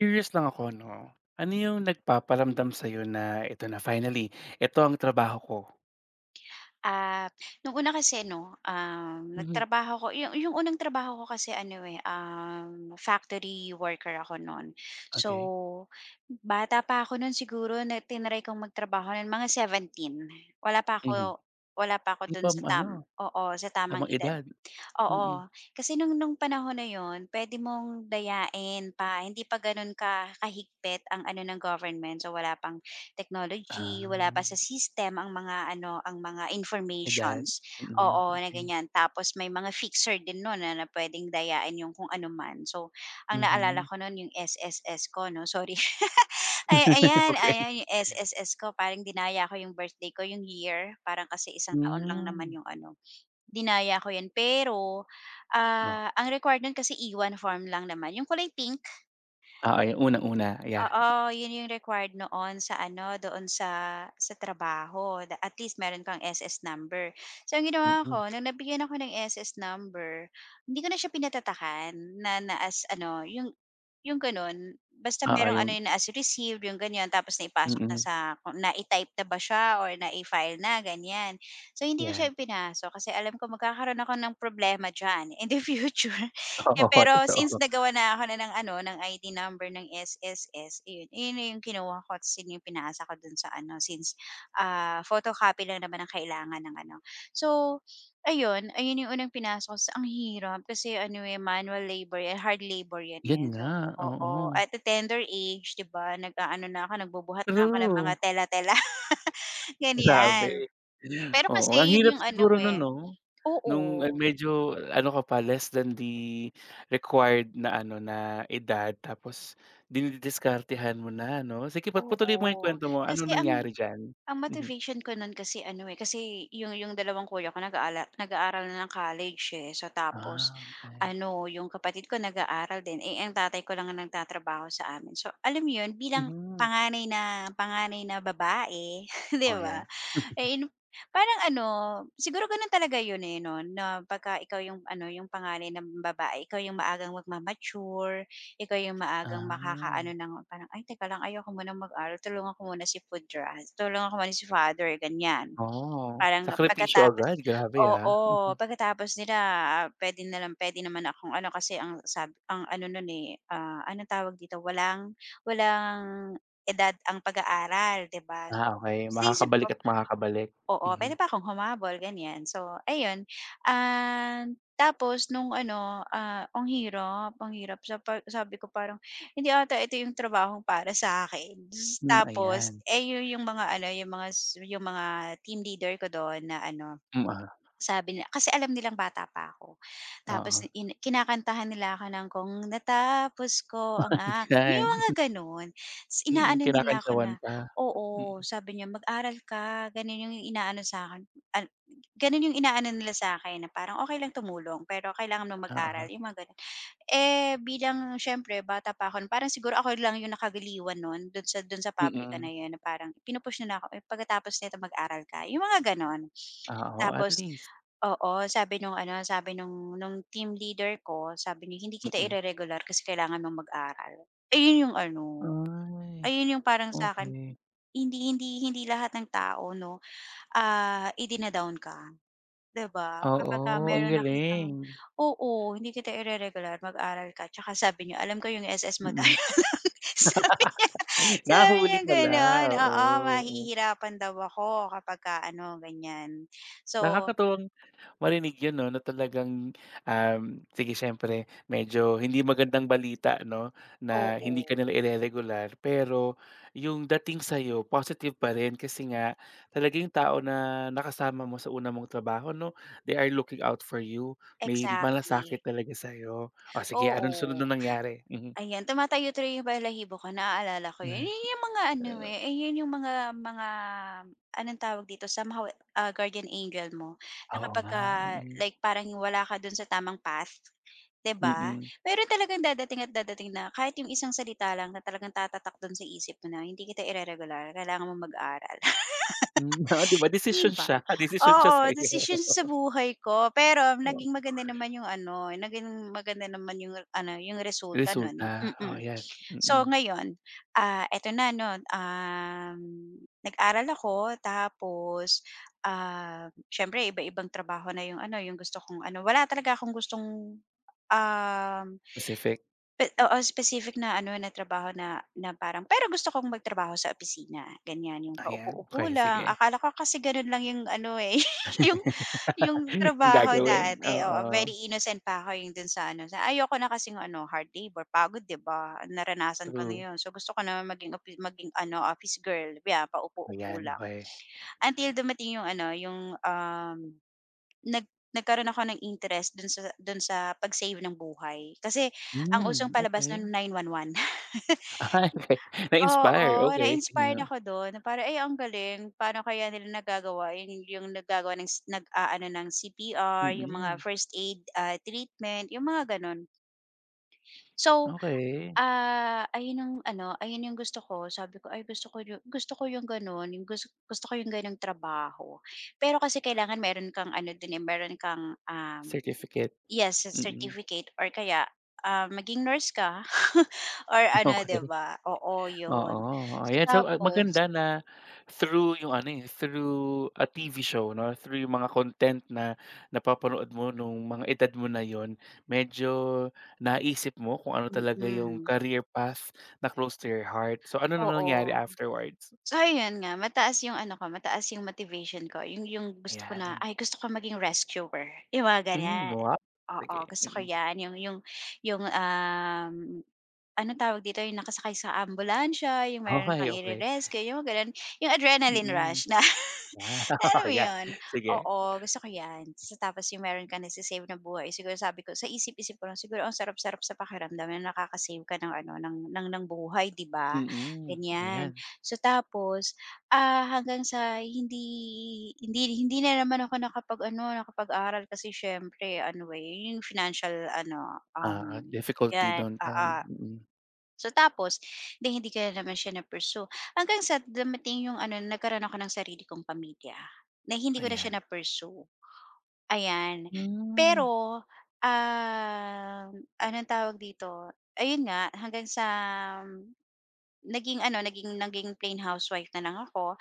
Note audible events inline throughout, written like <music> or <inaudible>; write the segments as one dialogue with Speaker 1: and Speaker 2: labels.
Speaker 1: Curious lang ako 'no, ano yung nagpaparamdam sa'yo na ito na finally, ito ang trabaho ko?
Speaker 2: Ah, nung una kasi 'no,
Speaker 1: Mhm.
Speaker 2: nagtrabaho ko yung unang trabaho ko kasi ano, eh, factory worker ako no'n. So,
Speaker 1: Okey,
Speaker 2: bata pa ako no'n siguro na tinry kong magtrabaho no'n mga 17. Wala pa
Speaker 1: mhm.
Speaker 2: ako Wala pa ako
Speaker 1: 'Di
Speaker 2: do'n
Speaker 1: pa
Speaker 2: sa tam
Speaker 1: ano,
Speaker 2: oo, sa tamang
Speaker 1: tamang
Speaker 2: edad.
Speaker 1: edad? Mm.
Speaker 2: Oo, kasi nung panahon na yon, pwede mong dayain pa, hindi pa gano'n ka kahigpit ang ano ng government. So, wala pang technology,
Speaker 1: Ah,
Speaker 2: wala pa sa system ang mga ano, ang mga
Speaker 1: edad?
Speaker 2: informations.
Speaker 1: Mm,
Speaker 2: Oo, na
Speaker 1: okey.
Speaker 2: ganyan. Tapos may mga fixer din nun na na puwedeng dayain yung kung ano man. So, ang naalala
Speaker 1: Mhm.
Speaker 2: ko nun yung SSS ko 'no, sorry. <laughs> Ay,
Speaker 1: <laughs>
Speaker 2: ayan,
Speaker 1: Okey.
Speaker 2: ayan yung SSS ko parang dinaya ko yung birthday ko, yung year. Parang kasi isang taon lang naman
Speaker 1: Hmm,
Speaker 2: yung ano. Dinaya ko 'yan pero,
Speaker 1: oh,
Speaker 2: ah, ang required nun kasi E-1 form lang naman, yung collecting.
Speaker 1: oo, yung unang-una, yeah,
Speaker 2: Oo, yun yung required noon sa ano, doon sa trabaho da, at least meron kang SS number. So ang ginawa
Speaker 1: mm.
Speaker 2: ko nung nabigyan ako ng SS number, hindi ko na siya pinatatakan na na as ano, yung gano'n. Basta
Speaker 1: Oo,
Speaker 2: merong ano
Speaker 1: yung
Speaker 2: yun na as received, yung ganyan, tapos naipasok na
Speaker 1: mm,
Speaker 2: sa kung nai-type na ba siya or nai-file na, ganyan. So, hindi ko siya
Speaker 1: 'yan.
Speaker 2: ipinasok kasi alam ko magkakaroon ako ng problema diyan in the <laughs> future. Eh,
Speaker 1: Oo, <laughs>
Speaker 2: pero since
Speaker 1: totoo.
Speaker 2: nagawa na ako na ng ano, ng ID number ng SSS, yun iyon na yung kinuha ko tapos yun yung pinasa ko dun sa ano since, ah, photocopy lang naman ang kailangan ng ano. So, ayun, ayun yung unang pinasok ko ta's ang hirap kasi ano, eh, manual labor yan, hard labor yan,
Speaker 1: 'Yun
Speaker 2: eh.
Speaker 1: nga,
Speaker 2: So, oo,
Speaker 1: oo.
Speaker 2: at the tender age, 'di ba, nag-aano na ako, nagbubuhat na ako ng mga
Speaker 1: True,
Speaker 2: tela-tela, <laughs> ganyan.
Speaker 1: grabe.
Speaker 2: Pero kasi
Speaker 1: Oo, ang
Speaker 2: yun
Speaker 1: hirap
Speaker 2: yung ano,
Speaker 1: siguro nun
Speaker 2: eh,
Speaker 1: 'no? Nung, ah,
Speaker 2: oo.
Speaker 1: medyo ano ka pa, less than the required na ano, na edad tapos dinidiskartehan mo na 'no? Sige pa patuloy mo yung
Speaker 2: Oo,
Speaker 1: kwento mo,
Speaker 2: kasi
Speaker 1: anong nangyari diyan?
Speaker 2: ang
Speaker 1: Mhm.
Speaker 2: motivation ko nun kasi ano, eh, kasi yung dalawang kuya ko nag-aaral na ng college, eh. So, tapos
Speaker 1: Ah, okey.
Speaker 2: ano, yung kapatid ko nag-aaral din, eh, ang tatay ko lang ang nagtatrabaho sa amin. So, alam mo yun, bilang
Speaker 1: Mhm.
Speaker 2: panganay na babae, <laughs> 'di
Speaker 1: Oh,
Speaker 2: ba?
Speaker 1: 'yan.
Speaker 2: Eh, parang ano, siguro gano'n talaga 'yun, eh, 'no, na pagka ikaw yung ano, yung panganay ng babae, ikaw yung maagang
Speaker 1: Ah,
Speaker 2: makakaano ng parang, "Ay, teka lang ayoko munang mag-aral, tulungan ko muna si father," ganiyan.
Speaker 1: oh,
Speaker 2: Parang
Speaker 1: sakripisyo
Speaker 2: pagkatapos,
Speaker 1: agad, grabe, ah.
Speaker 2: oo,
Speaker 1: Mhm.
Speaker 2: pagkatapos nila, ah, puwede naman akong ano kasi ang sabi ang ano no'n, eh, ah, anong tawag dito, walang walang edad ang pag-aaral, 'di ba?
Speaker 1: Ah,
Speaker 2: So,
Speaker 1: okey,
Speaker 2: iniisip ko,
Speaker 1: makakabalik at makakabalik.
Speaker 2: oo, puwede
Speaker 1: Mhm.
Speaker 2: pa akong humabol ganyan. So, ayun, ah, tapos nung ano, ah, ang hirap sa pa sabi ko parang hindi ata ito yung trabahong para sa sa'kin.
Speaker 1: Hmm,
Speaker 2: Tapos,
Speaker 1: ayan.
Speaker 2: eh, yun yung mga ano, yung mga team leader ko doon na ano,
Speaker 1: Hmm, ah,
Speaker 2: sabi nila kasi alam nilang bata pa ako. Tapos
Speaker 1: oo.
Speaker 2: kinakantahan nila ako ng kung natapos ko ang ak
Speaker 1: <laughs>
Speaker 2: yung
Speaker 1: Ayan,
Speaker 2: mga gano'n. Ta's
Speaker 1: mm,
Speaker 2: inaano nila ako
Speaker 1: kinakantsawan
Speaker 2: na,
Speaker 1: pa. Mm,
Speaker 2: oo, sabi niya, "Mag-aral ka." Gano'n yung inaano sa'kin, an gano'n yung inaano nila sa akin na parang okay lang tumulong pero kailangan mo mag-aral,
Speaker 1: oo.
Speaker 2: yung mga gano'n. Eh, bilang siyempre bata pa ako nun, parang siguro ako lang yung nakagaliwan nun dun sa pabrika
Speaker 1: Mm,
Speaker 2: na yun na parang pinu-push nila ako, "Uy, pagkatapos nito mag-aral ka." Yung mga gano'n.
Speaker 1: oo, at
Speaker 2: Tapos,
Speaker 1: least
Speaker 2: oo, sabi nung ano, sabi nung team leader ko, sabi niya, "Hindi kita
Speaker 1: mm.
Speaker 2: regular kasi kailangan mong mag-aral." Ayun yung ano,
Speaker 1: Ay,
Speaker 2: ayun yung parang sa akin
Speaker 1: okey.
Speaker 2: hindi hindi hindi lahat ng tao 'no, ah, idina-down ka. 'Di ba?
Speaker 1: Oo,
Speaker 2: Kapagka
Speaker 1: ang
Speaker 2: meron
Speaker 1: galing.
Speaker 2: nakitang, oo, hindi kita ireregular, mag-aral ka tsaka sabi niya, alam ko yung SS mo dahil
Speaker 1: Mm.
Speaker 2: <laughs> sabi niya
Speaker 1: <laughs>
Speaker 2: sabi
Speaker 1: Nahuli
Speaker 2: niyang
Speaker 1: pala,
Speaker 2: gano'n, oo,
Speaker 1: oo, oo.
Speaker 2: mahihirapan daw ako kapagka ano, ganyan. So,
Speaker 1: Nakakatuwang marinig 'yun 'no, na talagang, um, sige siyempre medyo hindi magandang balita 'no, na hindi ka
Speaker 2: oo,
Speaker 1: nila ireregular pero yung dating sa'yo positive pa rin kasi nga talaga yung tao na nakasama mo sa una mong trabaho 'no, they are looking out for you, may
Speaker 2: exactly,
Speaker 1: malasakit talaga sa'yo. O sige, ano sunod na
Speaker 2: oo.
Speaker 1: nangyari? Mhm.
Speaker 2: Ayan, tumatayo-tayo yung balahibo ko, naaalala ko yun. Yun yung mga ano,
Speaker 1: Hmm.
Speaker 2: eh, ayun yung mga anong tawag dito, somehow, ah, guardian angel mo na
Speaker 1: Oo nga,
Speaker 2: kapagka
Speaker 1: mm,
Speaker 2: like parang wala ka dun sa tamang path, 'di ba?
Speaker 1: mm. <laughs>
Speaker 2: Meron talagang dadating at dadating na kahit yung isang salita lang na talagang tatatak dun sa isip mo na, "Hindi kita ireregular, kailangan mo mag-aral."
Speaker 1: Hmm, ah, 'di ba
Speaker 2: 'Di
Speaker 1: desisyon
Speaker 2: ba?
Speaker 1: siya, <laughs> desisyon siya
Speaker 2: Oo,
Speaker 1: sa'yo.
Speaker 2: desisyon sa buhay ko, pero
Speaker 1: Oo,
Speaker 2: naging maganda naman yung ano, naging maganda naman yung ano, yung resulta nun.
Speaker 1: resulta, oh,
Speaker 2: Mm.
Speaker 1: 'yan,
Speaker 2: So
Speaker 1: mm.
Speaker 2: ngayon, ah, eto na 'no, nag-aral ako tapos, ah, siyempre iba-ibang trabaho na yung ano, yung gusto kong ano, wala talaga akong gustong, um
Speaker 1: Pacific,
Speaker 2: Oo, specific na ano, na trabaho na na parang pero gusto kong magtrabaho sa opisina, ganyan. Yung
Speaker 1: ayan,
Speaker 2: paupo-upo
Speaker 1: okey
Speaker 2: lang,
Speaker 1: sige.
Speaker 2: akala ko kasi gano'n lang yung ano, eh, <laughs> yung yung
Speaker 1: <laughs> Yung
Speaker 2: trabaho
Speaker 1: gagawin,
Speaker 2: dati, oo.
Speaker 1: oo,
Speaker 2: Very innocent pa ako yung dun sa ano, sa ayoko na kasing ano, hard labor, pagod 'di ba? Naranasan ko na
Speaker 1: true,
Speaker 2: 'yun. So, gusto ko na maging ano, office girl, yeah, paupo-upo
Speaker 1: ayan,
Speaker 2: lang.
Speaker 1: okey.
Speaker 2: Until dumating yung ano, yung, um Nag nagkaroon ako ng interest dun sa pag-save ng buhay. Kasi ang usong
Speaker 1: Hmm,
Speaker 2: palabas
Speaker 1: okey.
Speaker 2: nun 911.
Speaker 1: <laughs>
Speaker 2: <laughs>
Speaker 1: Ay, okey,
Speaker 2: Oo,
Speaker 1: na-inspire, okey,
Speaker 2: na-inspired
Speaker 1: yeah,
Speaker 2: ako dun na parang, "Ay ang galing, paano kaya nila nagagawa yung naggagawa ng s nag-aano ng CPR, yung mga
Speaker 1: mm,
Speaker 2: first aid, ah, treatment," yung mga ganun. So,
Speaker 1: okey,
Speaker 2: ah, ayun ang ano, ayun yung gusto ko. Sabi ko, "Ay gusto ko yung ganun, yung gusto gusto ko yung gano'ng trabaho." Pero kasi kailangan meron kang ano dun, eh, meron kang,
Speaker 1: certificate,
Speaker 2: Yes, sa
Speaker 1: mm,
Speaker 2: certificate or kaya, ah, maging nurse ka <laughs> or
Speaker 1: <laughs>
Speaker 2: ano, 'di
Speaker 1: okey.
Speaker 2: ba? Oo, 'yun.
Speaker 1: Oo,
Speaker 2: So,
Speaker 1: ayan. So, ah,
Speaker 2: tapos,
Speaker 1: maganda na through yung ano, eh, through a TV show 'no, through yung mga content na napapanood mo nung mga edad mo na yon medyo naisip mo kung ano talaga yung
Speaker 2: mm,
Speaker 1: career path na close to your heart. So, ano na nangyari
Speaker 2: oo.
Speaker 1: afterwards?
Speaker 2: So, ayun nga mataas 'yung ano ko, mataas 'yung motivation ko, 'yung gusto ko na,
Speaker 1: Ayan.
Speaker 2: "Ay gusto ko maging rescuer," 'yung mga
Speaker 1: Hmm,
Speaker 2: ganiyan.
Speaker 1: wow.
Speaker 2: Oo,
Speaker 1: Sige,
Speaker 2: gusto ko
Speaker 1: mm.
Speaker 2: 'yan, 'yung, anong tawag dito, 'yung nakasakay sa ambulansya, 'yung meron kang
Speaker 1: Okey, okey.
Speaker 2: ire-rescue, 'yung mga gano'n, 'yung adrenaline
Speaker 1: Mm.
Speaker 2: rush na.
Speaker 1: Ah, <laughs>
Speaker 2: Alam mo
Speaker 1: ayan,
Speaker 2: 'yun?
Speaker 1: sige.
Speaker 2: Oo, gusto ko 'yan. So, tapos yung meron kang nase-save na buhay siguro sabi ko sa isip-isip ko lang siguro ang sarap-sarap sa pakiramdam na nakaka-save ka ng ano, ng buhay, 'di ba?
Speaker 1: Mm,
Speaker 2: Ganyan.
Speaker 1: ayan.
Speaker 2: So, tapos, ah, hanggang sa hindi hindi hindi na naman ako nakapag-ano, nakapag-aral kasi siyempre ano, eh, yung financial ano,
Speaker 1: Oo, difficulty
Speaker 2: 'yan,
Speaker 1: no'n time.
Speaker 2: ah.
Speaker 1: Mm,
Speaker 2: So tapos, hindi ko na naman siya na-pursue. Hanggang sa dumating yung ano, nagkaroon ako ng sarili kong pamilya, na hindi ko na siya
Speaker 1: ayan.
Speaker 2: na-pursue, ayan.
Speaker 1: Hmm,
Speaker 2: Pero, um, anong tawag dito, ayun nga hanggang sa, um, naging ano, naging naging plain housewife na lang ako.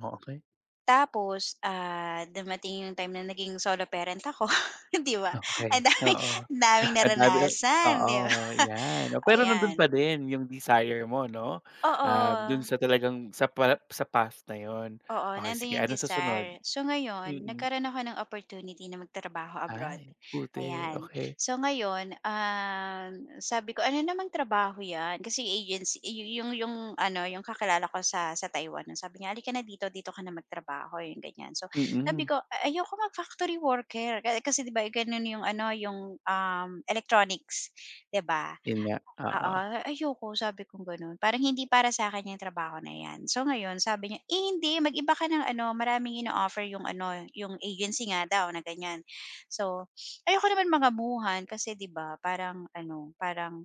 Speaker 1: okey.
Speaker 2: Tapos, ah, dumating yung time na naging solo parent ako, <laughs> 'di ba? Ang
Speaker 1: Okay
Speaker 2: daming
Speaker 1: oo.
Speaker 2: ang daming
Speaker 1: Ang dami ah
Speaker 2: naranasan, 'di ba?
Speaker 1: oo, 'yan. Pero nandun pa
Speaker 2: Ayan,
Speaker 1: din yung desire mo 'no? Ah dun
Speaker 2: oo.
Speaker 1: sa talagang sa pa sa past na yon
Speaker 2: Oo,
Speaker 1: okay sige,
Speaker 2: nando'n yung
Speaker 1: anong susunod?
Speaker 2: desire. So ngayon,
Speaker 1: Mm.
Speaker 2: nagkaroon ako ng opportunity na magtrabaho abroad,
Speaker 1: Ay, buti,
Speaker 2: ayan.
Speaker 1: okay
Speaker 2: So ngayon, sabi ko, "Ano namang trabaho 'yan?" Kasi agency yu yung ano, yung kakilala ko sa Taiwan, sabi niya, alika na dito, dito ka na magtrabaho," yung ganyan. So sabi
Speaker 1: Mm,
Speaker 2: ko, Ayoko mag-factory worker." Kasi 'di ba, gano'n yung ano, yung, electronics, 'di ba?
Speaker 1: yun nga, oo.
Speaker 2: Oo, ayoko sabi kong gano'n, parang hindi para sa'kin yung trabaho na 'yan. So ngayon sabi niya, "Eh, hindi mag-iba ka ng ano, maraming ino-offer yung ano, yung agency nga daw na ganyan." So, ayoko naman mangamuhan kasi 'di ba parang,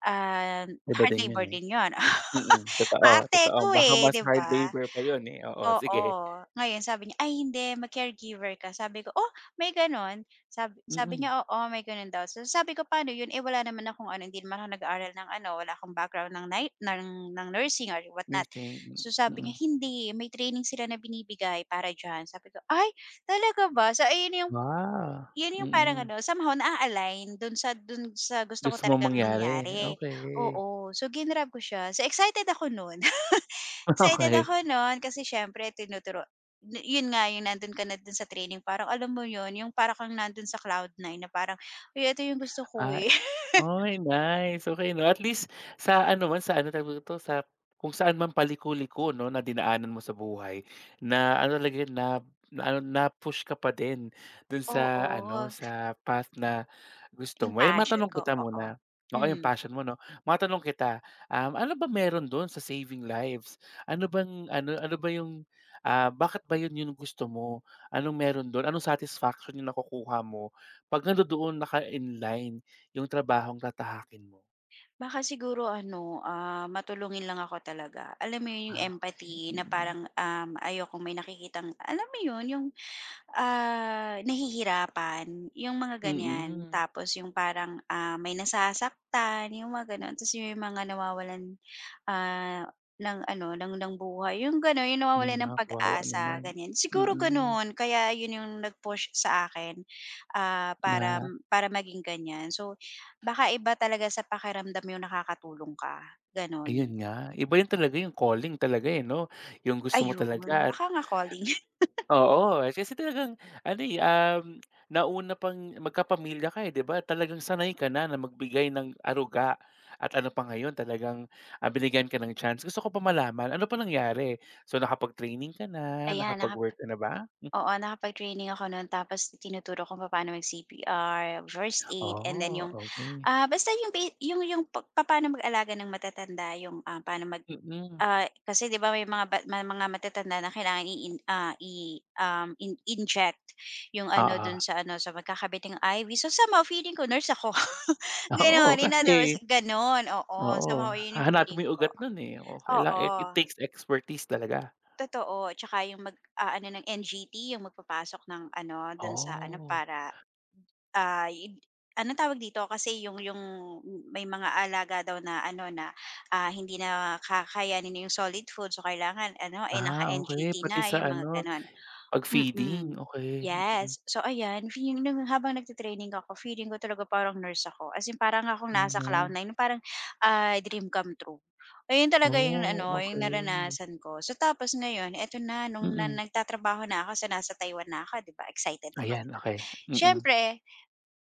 Speaker 2: ah,
Speaker 1: Iba
Speaker 2: hard
Speaker 1: din yun,
Speaker 2: labor
Speaker 1: eh.
Speaker 2: din yon <laughs>
Speaker 1: Mm, totoo,
Speaker 2: Maarte
Speaker 1: totoo.
Speaker 2: ko,
Speaker 1: Baka
Speaker 2: eh,
Speaker 1: mas
Speaker 2: 'di
Speaker 1: hard
Speaker 2: ba?
Speaker 1: labor pa yun, eh, oo,
Speaker 2: Oo,
Speaker 1: sige.
Speaker 2: ngayon sabi niya, "Ay hindi mag-caregiver ka." Sabi ko, "Oh, may gano'n?" Sabi Sabi
Speaker 1: Mm,
Speaker 2: niya, "Oo, may gano'n daw." So sabi ko, "Paano 'yun? Eh, wala naman akong ano, hindi naman ako nag-aaral ng ano, wala akong background ng night ng nursing or whatnot."
Speaker 1: nursing,
Speaker 2: So sabi niya,
Speaker 1: mm.
Speaker 2: "Hindi, may training sila na binibigay para diyan." Sabi ko, "Ay, talaga ba?" So ayun
Speaker 1: Wow!
Speaker 2: yung parang
Speaker 1: Mm.
Speaker 2: ano, somehow naa-align dun sa gusto ko
Speaker 1: Gusto mo
Speaker 2: talagang
Speaker 1: mangyari,
Speaker 2: mangyari,
Speaker 1: okay
Speaker 2: oo. So, ginrab ko siya. So, excited ako nun. <laughs>
Speaker 1: <laughs>
Speaker 2: Excited
Speaker 1: okay
Speaker 2: ako nun kasi siyempre tinuturo na yun nga yung nandun ka na dun sa training parang alam mo yun, yung parang kang nandun sa cloud nine na parang, "Uy, ito yung gusto ko,
Speaker 1: Ay
Speaker 2: eh." <laughs>
Speaker 1: Oy, nice. Okay. 'No, at least sa ano man, sa ano tawag dito, sa kung saan man paliko-liko 'no, na dinaanan mo sa buhay na ano talaga yun, na na ano, na-push ka pa din dun sa ano,
Speaker 2: Oo,
Speaker 1: sa path na gusto
Speaker 2: yung
Speaker 1: mo. Eh,
Speaker 2: passion
Speaker 1: matanong
Speaker 2: ko,
Speaker 1: kita
Speaker 2: oo.
Speaker 1: muna oo, yung
Speaker 2: Hmm,
Speaker 1: passion mo 'no. Matanong kita, ano ba meron dun sa saving lives? Ano bang ano ano ba yung, ah, bakit ba yun yung gusto mo? Anong meron dun? Anong satisfaction yung nakukuha mo 'pag nandodoon naka-inline yung trabahong tatahakin mo.
Speaker 2: Baka siguro ano, ah, matulungin lang ako talaga. Alam mo yun, yung
Speaker 1: Ah.
Speaker 2: empathy na
Speaker 1: Mm,
Speaker 2: parang, ayokong may nakikitang alam mo yun, yung nahihirapan, yung mga ganyan.
Speaker 1: mm.
Speaker 2: Tapos yung parang, ah, may nasasaktan, yung mga gano'n. Tapos yung mga nawawalan, ah, ng ano, ng buhay, yung gano'n, yung
Speaker 1: Yun
Speaker 2: nawawalan
Speaker 1: nga,
Speaker 2: ng
Speaker 1: kawawa
Speaker 2: pag-asa,
Speaker 1: naman.
Speaker 2: ganyan. Siguro
Speaker 1: Mm,
Speaker 2: gano'n, kaya yun yung nag-push sa akin, ah, para
Speaker 1: na
Speaker 2: para maging ganyan. So, baka iba talaga sa pakiramdam yung nakakatulong ka,
Speaker 1: ayun
Speaker 2: gano'n.
Speaker 1: nga, iba yun talaga yung calling talaga, eh, 'no? Yung gusto mo
Speaker 2: Ayun,
Speaker 1: talaga at
Speaker 2: baka nga calling. <laughs>
Speaker 1: oo, eh, kasi talagang ano, eh, nauna pang magkapamilya ka, eh, 'di ba? Talagang sanay ka na na magbigay ng aruga at ano pa ngayon talagang, ah, binigyan ka ng chance. Gusto ko pa malaman, ano pa nangyari? So, nakapag-training ka na,
Speaker 2: Ayan,
Speaker 1: nakapag-work ka na ba? Hmm.
Speaker 2: Nakapag-training ako nun tapos tinuturo kung paano mag-CPR, first aid, and then
Speaker 1: Oh, okey.
Speaker 2: basta yung ba yung pa papaano mag-alaga ng matatanda yung,
Speaker 1: Mm.
Speaker 2: kasi 'di ba may mga matatanda na kailangan i ah, i um, in inject yung ano
Speaker 1: Oo,
Speaker 2: dun sa ano, sa magkakabit ng IV. So, somehow feeling ko nurse ako, <laughs>
Speaker 1: oo
Speaker 2: gano'n. In
Speaker 1: kasi
Speaker 2: other words, gano'n, oo,
Speaker 1: oo,
Speaker 2: somehow yun yung
Speaker 1: hahanapin mo
Speaker 2: feeling
Speaker 1: yung
Speaker 2: ko,
Speaker 1: ugat nun, eh, oo kaila it
Speaker 2: oo.
Speaker 1: takes expertise talaga.
Speaker 2: Totoo, tsaka ano ng NGT, yung magpapasok ng ano dun sa ano
Speaker 1: Oh,
Speaker 2: para, ah, id anong tawag dito kasi yung may mga alaga daw na ano na, hindi na kakayanin yung solid food so kailangan ano, eh,
Speaker 1: ah, okey
Speaker 2: naka-NGT
Speaker 1: pati
Speaker 2: na
Speaker 1: sa
Speaker 2: yung mga
Speaker 1: ano,
Speaker 2: gano'n. Mm.
Speaker 1: pag-feeding, okey, mm,
Speaker 2: Yes. So ayan, feeling nung habang nagte ako, feeling ko talaga parang nurse ako. As in parang akong
Speaker 1: yun
Speaker 2: nasa
Speaker 1: nga.
Speaker 2: cloud nine, dream come true. Ayun talaga yung
Speaker 1: Oh,
Speaker 2: ano, yung
Speaker 1: okey,
Speaker 2: naranasan ko. So tapos ngayon, eto na nung na
Speaker 1: mm,
Speaker 2: nagtatrabaho na ako, sa nasa Taiwan na ako, 'di ba, excited ako, 'di
Speaker 1: ayan
Speaker 2: ba?
Speaker 1: okey, mm.
Speaker 2: Siyempre,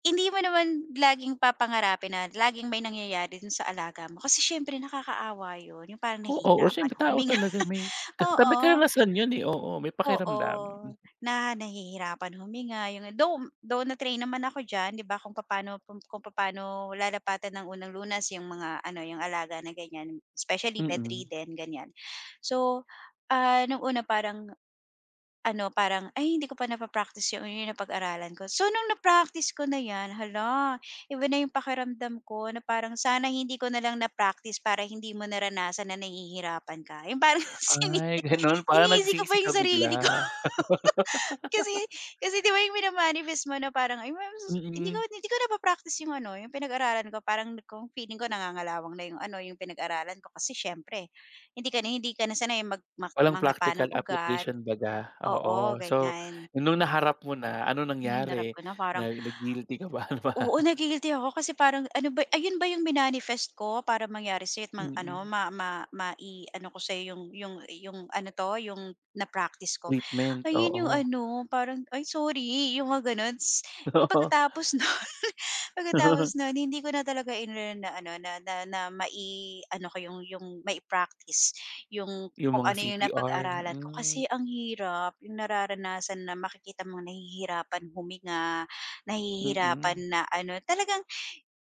Speaker 2: hindi mo naman laging papangarapin na laging may nangyayari dun sa alaga mo kasi siyempre nakakaawa yun, yung parang
Speaker 1: Oo, oo
Speaker 2: nahihirapan
Speaker 1: siyempre tao
Speaker 2: huminga.
Speaker 1: talaga may
Speaker 2: <laughs>
Speaker 1: ka may
Speaker 2: Oo.
Speaker 1: karanasan yun, eh, oo may
Speaker 2: Oo,
Speaker 1: pakiramdam,
Speaker 2: na nahihirapan huminga yung though though na-train naman ako diyan 'di ba kung paano kung papaano lalapatan ng unang lunas yung mga ano, yung alaga na ganyan, especially
Speaker 1: mm.
Speaker 2: bedridden ganyan. So, nung una parang ano, parang, "Ay hindi ko pa napa-practice yung napag-aralan ko." So nung na-practice ko na 'yan, hala, iba na yung pakiramdam ko na parang sana hindi ko na lang na-practice para hindi mo naranasan na nahihirapan ka, yung parang <laughs>
Speaker 1: Ay ganun parang
Speaker 2: Sinaisi ko pa
Speaker 1: nagsisi ka
Speaker 2: yung sarili ko.
Speaker 1: bigla,
Speaker 2: <laughs> Kasi kasi 'di ba yung mina-manifest mo na parang, "Ay ma'am sus," hindi ko
Speaker 1: mm.
Speaker 2: hindi ko na pa practice yung ano, yung pinag-aralan ko parang kung feeling ko nangangalawang na yung ano, yung pinag-aralan ko kasi siyempre hindi ka na sanay mag mak
Speaker 1: Walang
Speaker 2: mangapa
Speaker 1: practical
Speaker 2: ng ugat.
Speaker 1: application baga,
Speaker 2: Oo,
Speaker 1: oo. So,
Speaker 2: ganyan.
Speaker 1: nung naharap mo na, ano
Speaker 2: Hinarap
Speaker 1: nangyari?
Speaker 2: ko na parang.
Speaker 1: Nag-guilty ka ba? <laughs> Ano ba?
Speaker 2: Oo, nagi-guilty ako kasi parang ano ba ayun ba yung minanifest ko para mangyari sa'yo at mang ano
Speaker 1: Mm,
Speaker 2: ma ma ma i ano ko sa'yo yung ano 'to, yung na-practice ko.
Speaker 1: treatment,
Speaker 2: Ayun yung
Speaker 1: oo,
Speaker 2: ano, parang, "Ay sorry," yung mga gano'n. Tas yung
Speaker 1: oo.
Speaker 2: pagkatapos <laughs> nun, pagkatapos
Speaker 1: <laughs>
Speaker 2: nun hindi ko na talaga in-learn na ano, na na na mai-ano ko yung mai-practice yung
Speaker 1: Yung
Speaker 2: kung
Speaker 1: mga
Speaker 2: ano yung
Speaker 1: CPR,
Speaker 2: napag-aralan ko.
Speaker 1: hmm,
Speaker 2: Kasi ang hirap, yung nararanasan na makikita mong nahihirapan huminga. Nahihirapan
Speaker 1: mm.
Speaker 2: na ano, talagang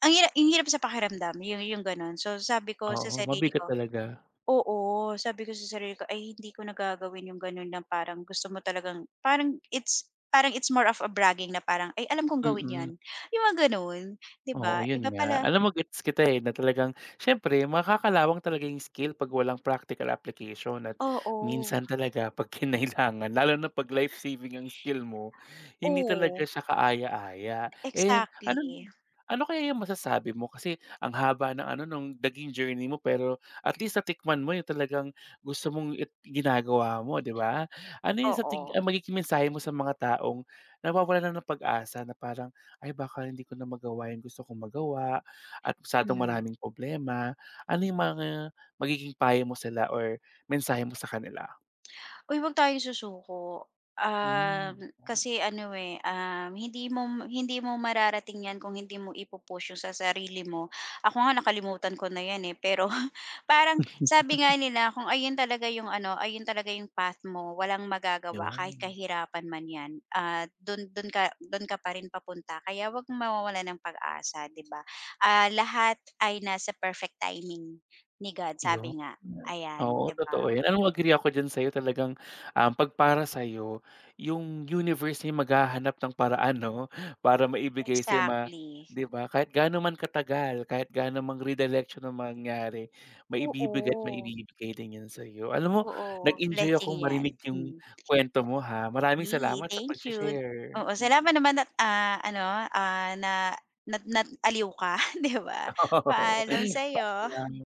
Speaker 2: ang hirap sa pakiramdam yung gano'n. So sabi ko sa
Speaker 1: Oo,
Speaker 2: sarili
Speaker 1: mabigat
Speaker 2: ko,
Speaker 1: talaga,
Speaker 2: oo, sabi ko sa sarili ko, "Ay hindi ko nagagawin yung gano'n na parang gusto mo talagang," parang it's more of a bragging na parang, "Ay alam kong gawin 'yan."
Speaker 1: mm.
Speaker 2: Yung mga gano'n, 'di
Speaker 1: Oo,
Speaker 2: ba? Iba
Speaker 1: yun nga.
Speaker 2: pala,
Speaker 1: Alam mo gets kita, eh, na talagang siyempre makakalawang talaga yung skill 'pag walang practical application at
Speaker 2: oo.
Speaker 1: minsan talaga <laughs> 'pag kinailangan lalo na 'pag life saving ang skill mo, hindi talaga
Speaker 2: Oo,
Speaker 1: siya kaaya-aya. Eh, ano
Speaker 2: exactly.
Speaker 1: ano kaya yung masasabi mo kasi ang haba ng ano nung naging journey mo pero at least natikman mo yung talagang gusto mong it ginagawa mo, 'di ba? Ano yung sa ting
Speaker 2: Oo,
Speaker 1: ah, magiging mensahe mo sa mga taong nawawalan na ng pag-asa na parang ay baka hindi ko na magawa yung gusto kong magawa at masyadong
Speaker 2: hmm.
Speaker 1: maraming problema. Ano yung mga magiging payo mo sila or mensahe mo sa kanila?
Speaker 2: Uy, wag tayong susuko.
Speaker 1: Hmm,
Speaker 2: Um, kasi ano, eh, hindi mo mararating 'yan kung hindi mo ipu-push 'yung sa sarili mo. Ako nga nakalimutan ko na 'yan, eh, pero <laughs> parang
Speaker 1: <laughs>
Speaker 2: sabi nga nila kung ayun talaga 'yung ano, ayun talaga 'yung path mo, walang magagawa kahit
Speaker 1: 'yon.
Speaker 2: kahirapan man 'yan, dun dun ka pa rin papunta. Kaya wag mawawalan ng pag-asa, 'di ba? Ah, lahat ay nasa perfect timing ni God,
Speaker 1: Yun.
Speaker 2: sabi nga. Ayan, 'di
Speaker 1: Oo,
Speaker 2: ba?
Speaker 1: totoo yan. Alam mo agree ako diyan sa'yo talagang, pagpara para sa'yo, yung universe ay maghahanap ng paraan 'no, <laughs> para maibigay sa'yo ma
Speaker 2: Exactly.
Speaker 1: 'di ba? Kahit gaano man katagal, kahit gaano mang redilection ang mangyari, maibibigay at
Speaker 2: Oo,
Speaker 1: maibibigay din yan sa'yo. Alam mo,
Speaker 2: oo.
Speaker 1: nag-enjoy
Speaker 2: Blessing
Speaker 1: akong
Speaker 2: 'yan,
Speaker 1: marinig
Speaker 2: hmm.
Speaker 1: yung kwento mo ha. Maraming
Speaker 2: Ye
Speaker 1: salamat sa
Speaker 2: thank you.
Speaker 1: pagse-share.
Speaker 2: Oo,
Speaker 1: Mhm.
Speaker 2: salamat naman at, ano, ah, na na nag aliw ka, <laughs> 'di ba?
Speaker 1: <laughs> Oo.
Speaker 2: Paalam sa'yo.
Speaker 1: Paalam.